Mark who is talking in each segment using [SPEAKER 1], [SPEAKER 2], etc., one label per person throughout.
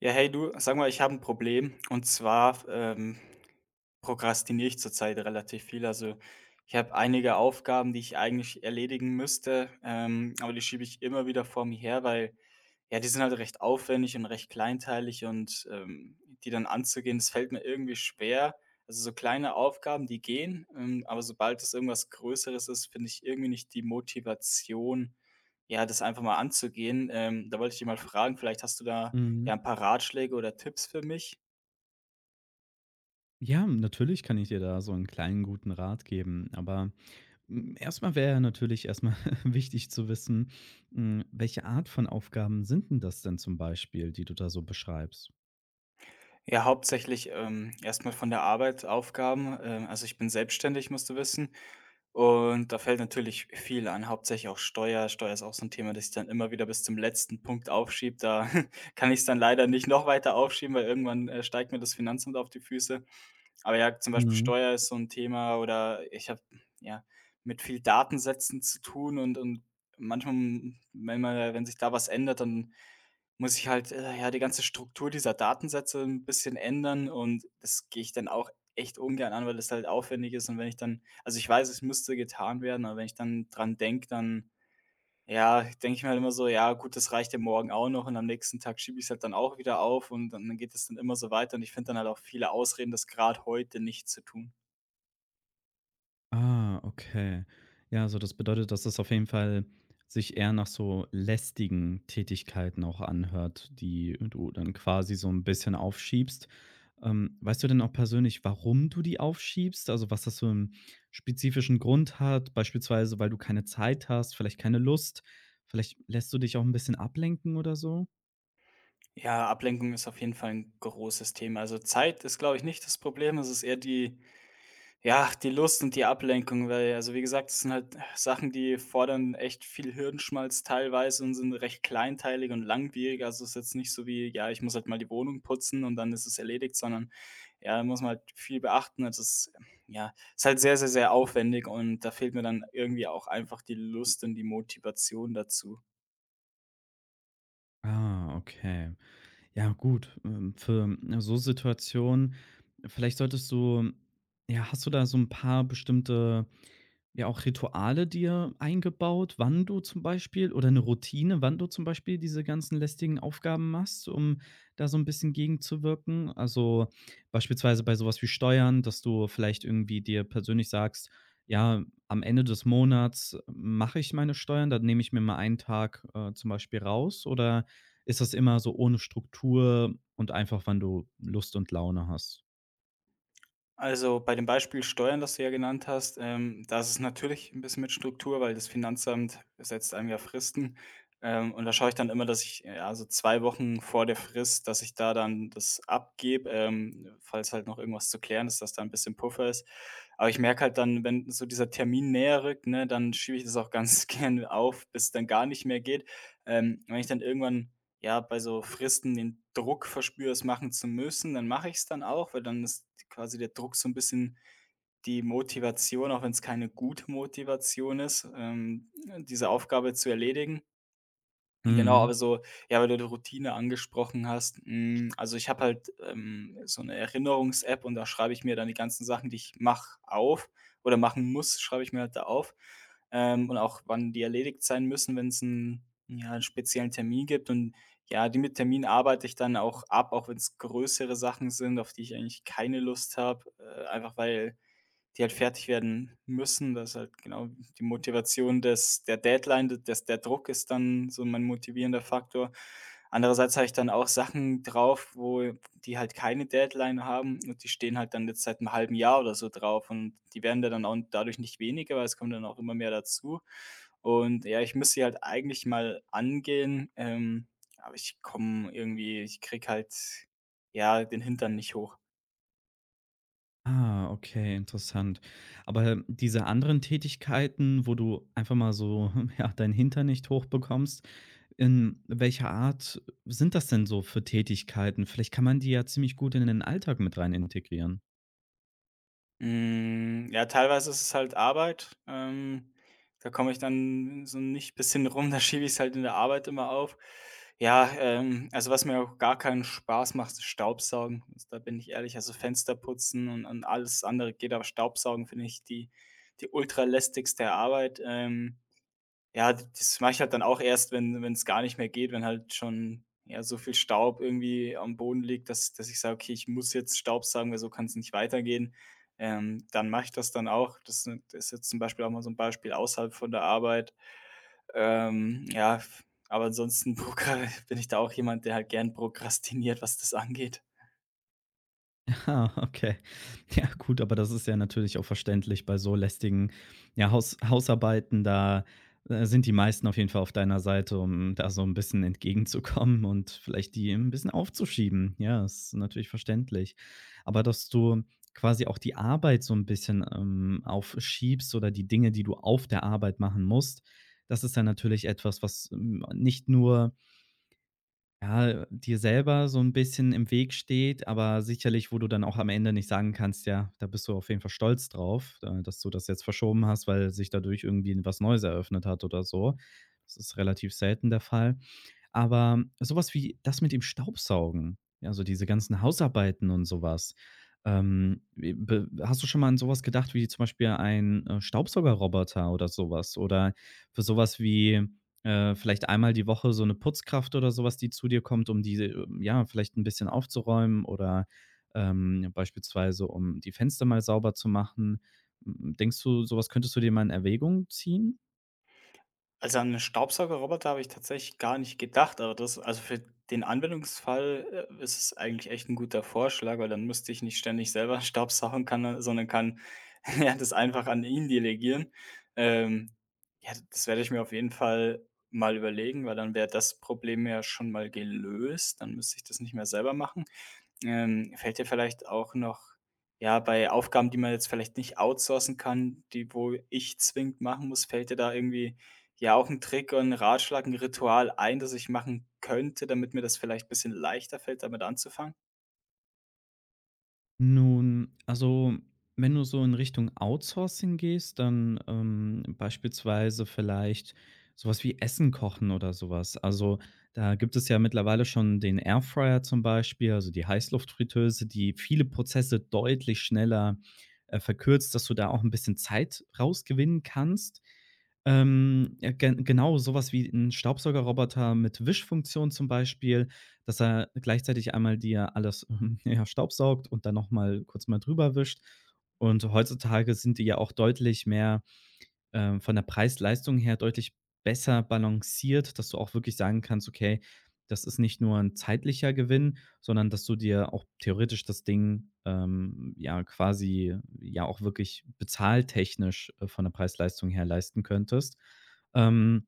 [SPEAKER 1] Ja, hey du, sag mal, ich habe ein Problem, und zwar prokrastiniere ich zurzeit relativ viel. Also, ich habe einige Aufgaben, die ich eigentlich erledigen müsste, aber die schiebe ich immer wieder vor mir her, weil, ja, die sind halt recht aufwendig und recht kleinteilig und die dann anzugehen, das fällt mir irgendwie schwer. Also, so kleine Aufgaben, die gehen, aber sobald es irgendwas Größeres ist, finde ich irgendwie nicht die Motivation, ja, das einfach mal anzugehen. Da wollte ich dich mal fragen, vielleicht hast du da
[SPEAKER 2] Mhm.
[SPEAKER 1] ja ein paar Ratschläge oder Tipps für mich?
[SPEAKER 2] Ja, natürlich kann ich dir da so einen kleinen guten Rat geben, aber, erst wäre ja natürlich erstmal wichtig zu wissen, welche Art von Aufgaben sind denn das denn zum Beispiel, die du da so beschreibst?
[SPEAKER 1] Ja, hauptsächlich, erst von der Arbeit, Aufgaben. Also, ich bin selbstständig, musst du wissen, und da fällt natürlich viel an, hauptsächlich auch Steuer. Steuer ist auch so ein Thema, das ich dann immer wieder bis zum letzten Punkt aufschiebe. Da kann ich es dann leider nicht noch weiter aufschieben, weil irgendwann, steigt mir das Finanzamt auf die Füße. Aber ja, zum Beispiel
[SPEAKER 2] Mhm.
[SPEAKER 1] Steuer ist so ein Thema, oder ich habe, ja, mit viel Datensätzen zu tun, und manchmal, wenn sich da was ändert, dann muss ich halt, ja, die ganze Struktur dieser Datensätze ein bisschen ändern, und das gehe ich dann auch echt ungern an, weil das halt aufwendig ist. Und wenn ich dann, also, ich weiß, es müsste getan werden, aber wenn ich dann dran denke, dann, ja, denke ich mir halt immer so: „Ja gut, das reicht ja morgen auch noch“, und am nächsten Tag schiebe ich es halt dann auch wieder auf, und dann geht es dann immer so weiter, und ich finde dann halt auch viele Ausreden, das gerade heute nicht zu tun.
[SPEAKER 2] Ah, okay. Ja, also das bedeutet, dass das auf jeden Fall sich eher nach so lästigen Tätigkeiten auch anhört, die du dann quasi so ein bisschen aufschiebst. Weißt du denn auch persönlich, warum du die aufschiebst? Also, was das so einen spezifischen Grund hat, beispielsweise, weil du keine Zeit hast, vielleicht keine Lust, vielleicht lässt du dich auch ein bisschen ablenken oder so?
[SPEAKER 1] Ja, Ablenkung ist auf jeden Fall ein großes Thema. Also, Zeit ist, glaube ich, nicht das Problem, es ist eher die, ja, die Lust und die Ablenkung, weil, also, wie gesagt, das sind halt Sachen, die fordern echt viel Hirnschmalz teilweise und sind recht kleinteilig und langwierig. Also, es ist jetzt nicht so wie: „Ja, ich muss halt mal die Wohnung putzen und dann ist es erledigt“, sondern, ja, da muss man halt viel beachten. Also, es ist, ja, ist halt sehr, sehr, sehr aufwendig, und da fehlt mir dann irgendwie auch einfach die Lust und die Motivation dazu.
[SPEAKER 2] Ah, okay. Ja, gut, für so Situationen vielleicht solltest du ja, hast du da so ein paar bestimmte ja, auch Rituale dir eingebaut, wann du zum Beispiel oder eine Routine, wann du zum Beispiel diese ganzen lästigen Aufgaben machst, um da so ein bisschen gegenzuwirken? Also, beispielsweise bei sowas wie Steuern, dass du vielleicht irgendwie dir persönlich sagst: „Ja, am Ende des Monats mache ich meine Steuern, dann nehme ich mir mal einen Tag, zum Beispiel raus“, oder ist das immer so ohne Struktur und einfach, wann du Lust und Laune hast?
[SPEAKER 1] Also, bei dem Beispiel Steuern, das du ja genannt hast, da ist es natürlich ein bisschen mit Struktur, weil das Finanzamt setzt einem ja Fristen. Und da schaue ich dann immer, dass ich, ja, so 2 Wochen vor der Frist, dass ich da dann das abgebe, falls halt noch irgendwas zu klären ist, dass da ein bisschen Puffer ist. Aber ich merke halt dann, wenn so dieser Termin näher rückt, ne, dann schiebe ich das auch ganz gerne auf, bis es dann gar nicht mehr geht. Wenn ich dann irgendwann, ja, bei so Fristen den Druck verspüre, es machen zu müssen, dann mache ich es dann auch, weil dann ist quasi der Druck so ein bisschen die Motivation, auch wenn es keine gute Motivation ist, diese Aufgabe zu erledigen. Genau,
[SPEAKER 2] Mhm.
[SPEAKER 1] aber so, ja, weil du die Routine angesprochen hast, hm, also, ich habe halt, so eine Erinnerungs-App, und da schreibe ich mir dann die ganzen Sachen, die ich mache, auf oder machen muss, schreibe ich mir halt da auf, und auch, wann die erledigt sein müssen, wenn's 'n, ja, 'n speziellen Termin gibt. Und ja, die mit Termin arbeite ich dann auch ab, auch wenn es größere Sachen sind, auf die ich eigentlich keine Lust habe, einfach weil die halt fertig werden müssen. Das ist halt genau die Motivation des der Deadline, d des der Druck ist dann so mein motivierender Faktor. Andererseits habe ich dann auch Sachen drauf, wo die halt keine Deadline haben, und die stehen halt dann jetzt seit einem halben Jahr oder so drauf, und die werden da dann auch dadurch nicht weniger, weil es kommt dann auch immer mehr dazu. Und ja, ich müsste sie halt eigentlich mal angehen, aber ich komme irgendwie ich krieg halt, ja, den Hintern nicht hoch.
[SPEAKER 2] Ah, okay, interessant. Aber diese anderen Tätigkeiten, wo du einfach mal so, ja, deinen Hintern nicht hochbekommst, in welcher Art sind das denn so für Tätigkeiten? Vielleicht kann man die ja ziemlich gut in den Alltag mit rein integrieren.
[SPEAKER 1] Hm, ja, teilweise ist es halt Arbeit. Da komme ich dann so nicht bis hin rum, da schiebe ich es halt in der Arbeit immer auf. Ja, also was mir auch gar keinen Spaß macht, ist Staubsaugen. Also, da bin ich ehrlich, also Fenster putzen und alles andere geht, aber Staubsaugen finde ich die, die ultralästigste Arbeit. Ja, d das mache ich halt dann auch erst, wenn es gar nicht mehr geht, wenn halt schon, ja, so viel Staub irgendwie am Boden liegt, dass ich sage: „Okay, ich muss jetzt staubsaugen, weil so kann es nicht weitergehen.“ Dann mache ich das dann auch. Das ist jetzt zum Beispiel auch mal so ein Beispiel außerhalb von der Arbeit. Ja, f aber ansonsten prokra bin ich da auch jemand, der halt gern prokrastiniert, was das angeht.
[SPEAKER 2] Ah, okay. Ja, gut, aber das ist ja natürlich auch verständlich bei so lästigen, ja, Hausarbeiten. Da, sind die meisten auf jeden Fall auf deiner Seite, um da so ein bisschen entgegenzukommen und vielleicht die ein bisschen aufzuschieben. Ja, ist natürlich verständlich. Aber dass du quasi auch die Arbeit so ein bisschen, aufschiebst oder die Dinge, die du auf der Arbeit machen musst, das ist dann natürlich etwas, was, nicht nur ja, dir selber so ein bisschen im Weg steht, aber sicherlich, wo du dann auch am Ende nicht sagen kannst: „Ja, da bist du auf jeden Fall stolz drauf, da dass du das jetzt verschoben hast, weil sich dadurch irgendwie was Neues eröffnet hat“ oder so. Das ist relativ selten der Fall. Aber sowas wie das mit dem Staubsaugen, also diese ganzen Hausarbeiten und sowas, w be hast du schon mal an sowas gedacht wie zum Beispiel ein, Staubsaugerroboter oder sowas? Oder für sowas wie, vielleicht einmal die Woche so eine Putzkraft oder sowas, die zu dir kommt, um die, ja, vielleicht ein bisschen aufzuräumen oder, beispielsweise um die Fenster mal sauber zu machen. Hm, denkst du, sowas könntest du dir mal in Erwägung ziehen?
[SPEAKER 1] Also, an 'nen Staubsaugerroboter habe ich tatsächlich gar nicht gedacht, aber das, also, für den Anwendungsfall, ist es eigentlich echt ein guter Vorschlag, weil dann müsste ich nicht ständig selber staubsaugen kann, ne, sondern kann, ja, das einfach an ihn delegieren. Ähm, ja, das werde ich mir auf jeden Fall mal überlegen, weil dann wäre das Problem ja schon mal gelöst. Dann müsste ich das nicht mehr selber machen. Fällt dir vielleicht auch noch, ja, bei Aufgaben, die man jetzt vielleicht nicht outsourcen kann, die wo ich zwingend machen muss, fällt dir da irgendwie, ja, auch ein Trick und 'n Ratschlag, ein Ritual ein, das ich machen könnte, damit mir das vielleicht ein bisschen leichter fällt, damit anzufangen?
[SPEAKER 2] Nun, also, wenn du so in Richtung Outsourcing gehst, dann, beispielsweise vielleicht sowas wie Essen kochen oder sowas. Also, da gibt es ja mittlerweile schon den Airfryer zum Beispiel, also die Heißluftfritteuse, die viele Prozesse deutlich schneller, verkürzt, dass du da auch ein bisschen Zeit rausgewinnen kannst. Ja, genau sowas wie ein Staubsaugerroboter mit Wischfunktion zum Beispiel, dass er gleichzeitig einmal dir alles, ja, staubsaugt und dann noch mal kurz mal drüber wischt. Und heutzutage sind die ja auch deutlich mehr, von der Preis-Leistung her deutlich besser balanciert, dass du auch wirklich sagen kannst: „Okay, das ist nicht nur ein zeitlicher Gewinn, sondern dass du dir auch theoretisch das Ding, ja, quasi ja auch wirklich bezahltechnisch, von der Preis-Leistung her leisten könntest.“ Ähm,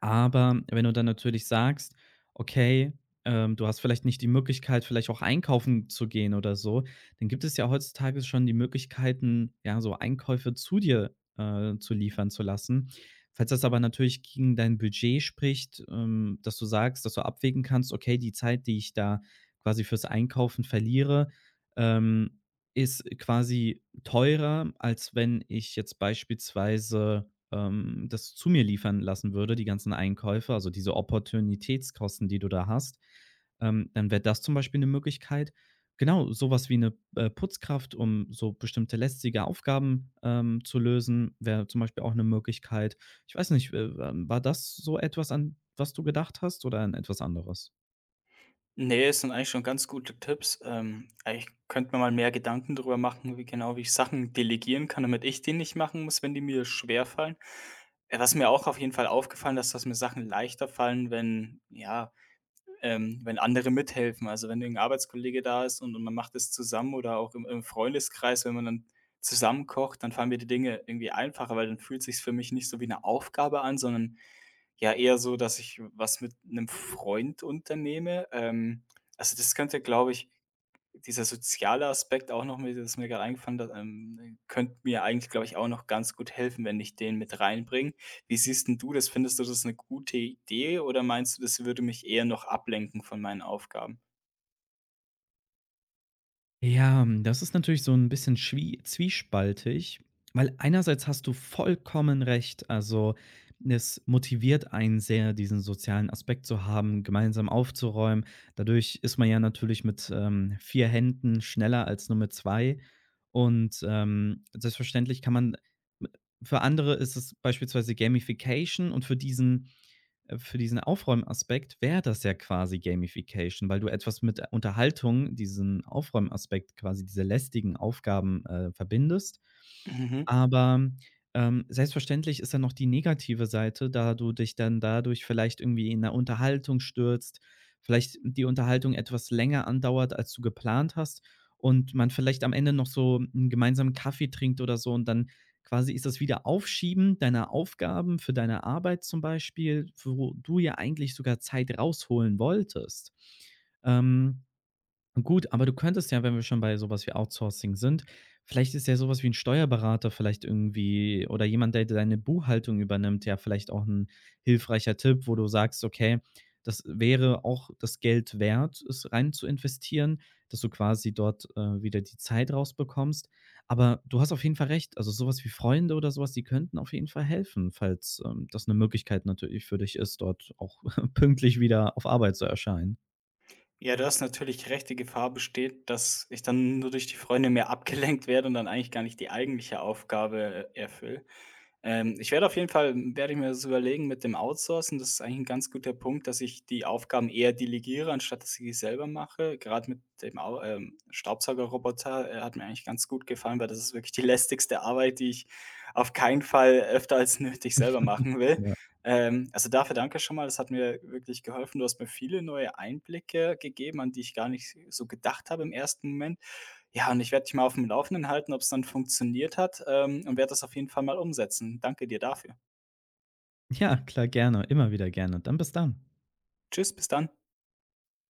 [SPEAKER 2] aber wenn du dann natürlich sagst: „Okay, du hast vielleicht nicht die Möglichkeit, vielleicht auch einkaufen zu gehen oder so“, dann gibt es ja heutzutage schon die Möglichkeiten, ja, so Einkäufe zu dir, zu liefern zu lassen. Falls das aber natürlich gegen dein Budget spricht, dass du sagst, dass du abwägen kannst: „Okay, die Zeit, die ich da quasi fürs Einkaufen verliere, ähm, ist quasi teurer, als wenn ich jetzt beispielsweise“ das zu mir liefern lassen würde, die ganzen Einkäufe, also diese Opportunitätskosten, die du da hast, dann wäre das zum Beispiel eine Möglichkeit. Genau, sowas wie eine Putzkraft, um so bestimmte lästige Aufgaben, zu lösen, wäre zum Beispiel auch eine Möglichkeit. Ich weiß nicht, war das so etwas, an was du gedacht hast oder an etwas anderes?
[SPEAKER 1] Ne, es sind eigentlich schon ganz gute Tipps. Eigentlich könnte mir mal mehr Gedanken darüber machen, wie ich Sachen delegieren kann, damit ich die nicht machen muss, wenn die mir schwerfallen. Was mir auch auf jeden Fall aufgefallen ist, dass mir Sachen leichter fallen, wenn, ja, wenn andere mithelfen. Also, wenn irgendein Arbeitskollege da ist und man macht es zusammen oder auch im Freundeskreis, wenn man dann zusammen kocht, dann fallen mir die Dinge irgendwie einfacher, weil dann fühlt sich's für mich nicht so wie eine Aufgabe an, sondern ja eher so, dass ich was mit einem Freund unternehme. Also, das könnte, glaube ich, dieser soziale Aspekt auch noch mit, das ist mir gerade eingefallen, da, könnte mir eigentlich, glaube ich, auch noch ganz gut helfen, wenn ich den mit reinbringe. Wie siehst 'n du das? Findest du das eine gute Idee, oder meinst du, das würde mich eher noch ablenken von meinen Aufgaben?
[SPEAKER 2] Ja, das ist natürlich so ein bisschen schwie zwiespaltig, weil einerseits hast du vollkommen recht. Also, es motiviert einen sehr, diesen sozialen Aspekt zu haben, gemeinsam aufzuräumen. Dadurch ist man ja natürlich mit, 4 Händen schneller als nur mit 2. Und selbstverständlich kann man für andere ist es beispielsweise Gamification, und für diesen Aufräumaspekt wäre das ja quasi Gamification, weil du etwas mit Unterhaltung, diesen Aufräumaspekt quasi, diese lästigen Aufgaben verbindest.
[SPEAKER 1] Mhm.
[SPEAKER 2] Aber selbstverständlich ist dann noch die negative Seite, da du dich dann dadurch vielleicht irgendwie in der Unterhaltung stürzt, vielleicht die Unterhaltung etwas länger andauert, als du geplant hast, und man vielleicht am Ende noch so einen gemeinsamen Kaffee trinkt oder so und dann quasi ist das Wiederaufschieben deiner Aufgaben für deine Arbeit zum Beispiel, wo du ja eigentlich sogar Zeit rausholen wolltest. Ähm, Gut, aber du könntest ja, wenn wir schon bei sowas wie Outsourcing sind, vielleicht ist ja sowas wie ein Steuerberater vielleicht irgendwie oder jemand, der deine Buchhaltung übernimmt, ja vielleicht auch ein hilfreicher Tipp, wo du sagst: „Okay, das wäre auch das Geld wert, es rein zu investieren“, dass du quasi dort, wieder die Zeit rausbekommst. Aber du hast auf jeden Fall recht, also sowas wie Freunde oder sowas, die könnten auf jeden Fall helfen, falls, das eine Möglichkeit natürlich für dich ist, dort auch pünktlich wieder auf Arbeit zu erscheinen.
[SPEAKER 1] Ja, da ist natürlich recht, die Gefahr besteht, dass ich dann nur durch die Freunde mehr abgelenkt werde und dann eigentlich gar nicht die eigentliche Aufgabe erfülle. Ich werde auf jeden Fall werde ich mir das überlegen mit dem Outsourcen. Das ist eigentlich ein ganz guter Punkt, dass ich die Aufgaben eher delegiere, anstatt dass ich die selber mache. Gerade mit dem Au Staubsaugerroboter, hat mir eigentlich ganz gut gefallen, weil das ist wirklich die lästigste Arbeit, die ich auf keinen Fall öfter als nötig selber machen will. Also dafür danke schon mal. Das hat mir wirklich geholfen. Du hast mir viele neue Einblicke gegeben, an die ich gar nicht so gedacht habe im ersten Moment. Ja, und ich werde dich mal auf dem Laufenden halten, ob es dann funktioniert hat, und werde das auf jeden Fall mal umsetzen. Danke dir dafür.
[SPEAKER 2] Ja, klar, gerne, immer wieder gerne. Dann bis dann.
[SPEAKER 1] Tschüss, bis dann.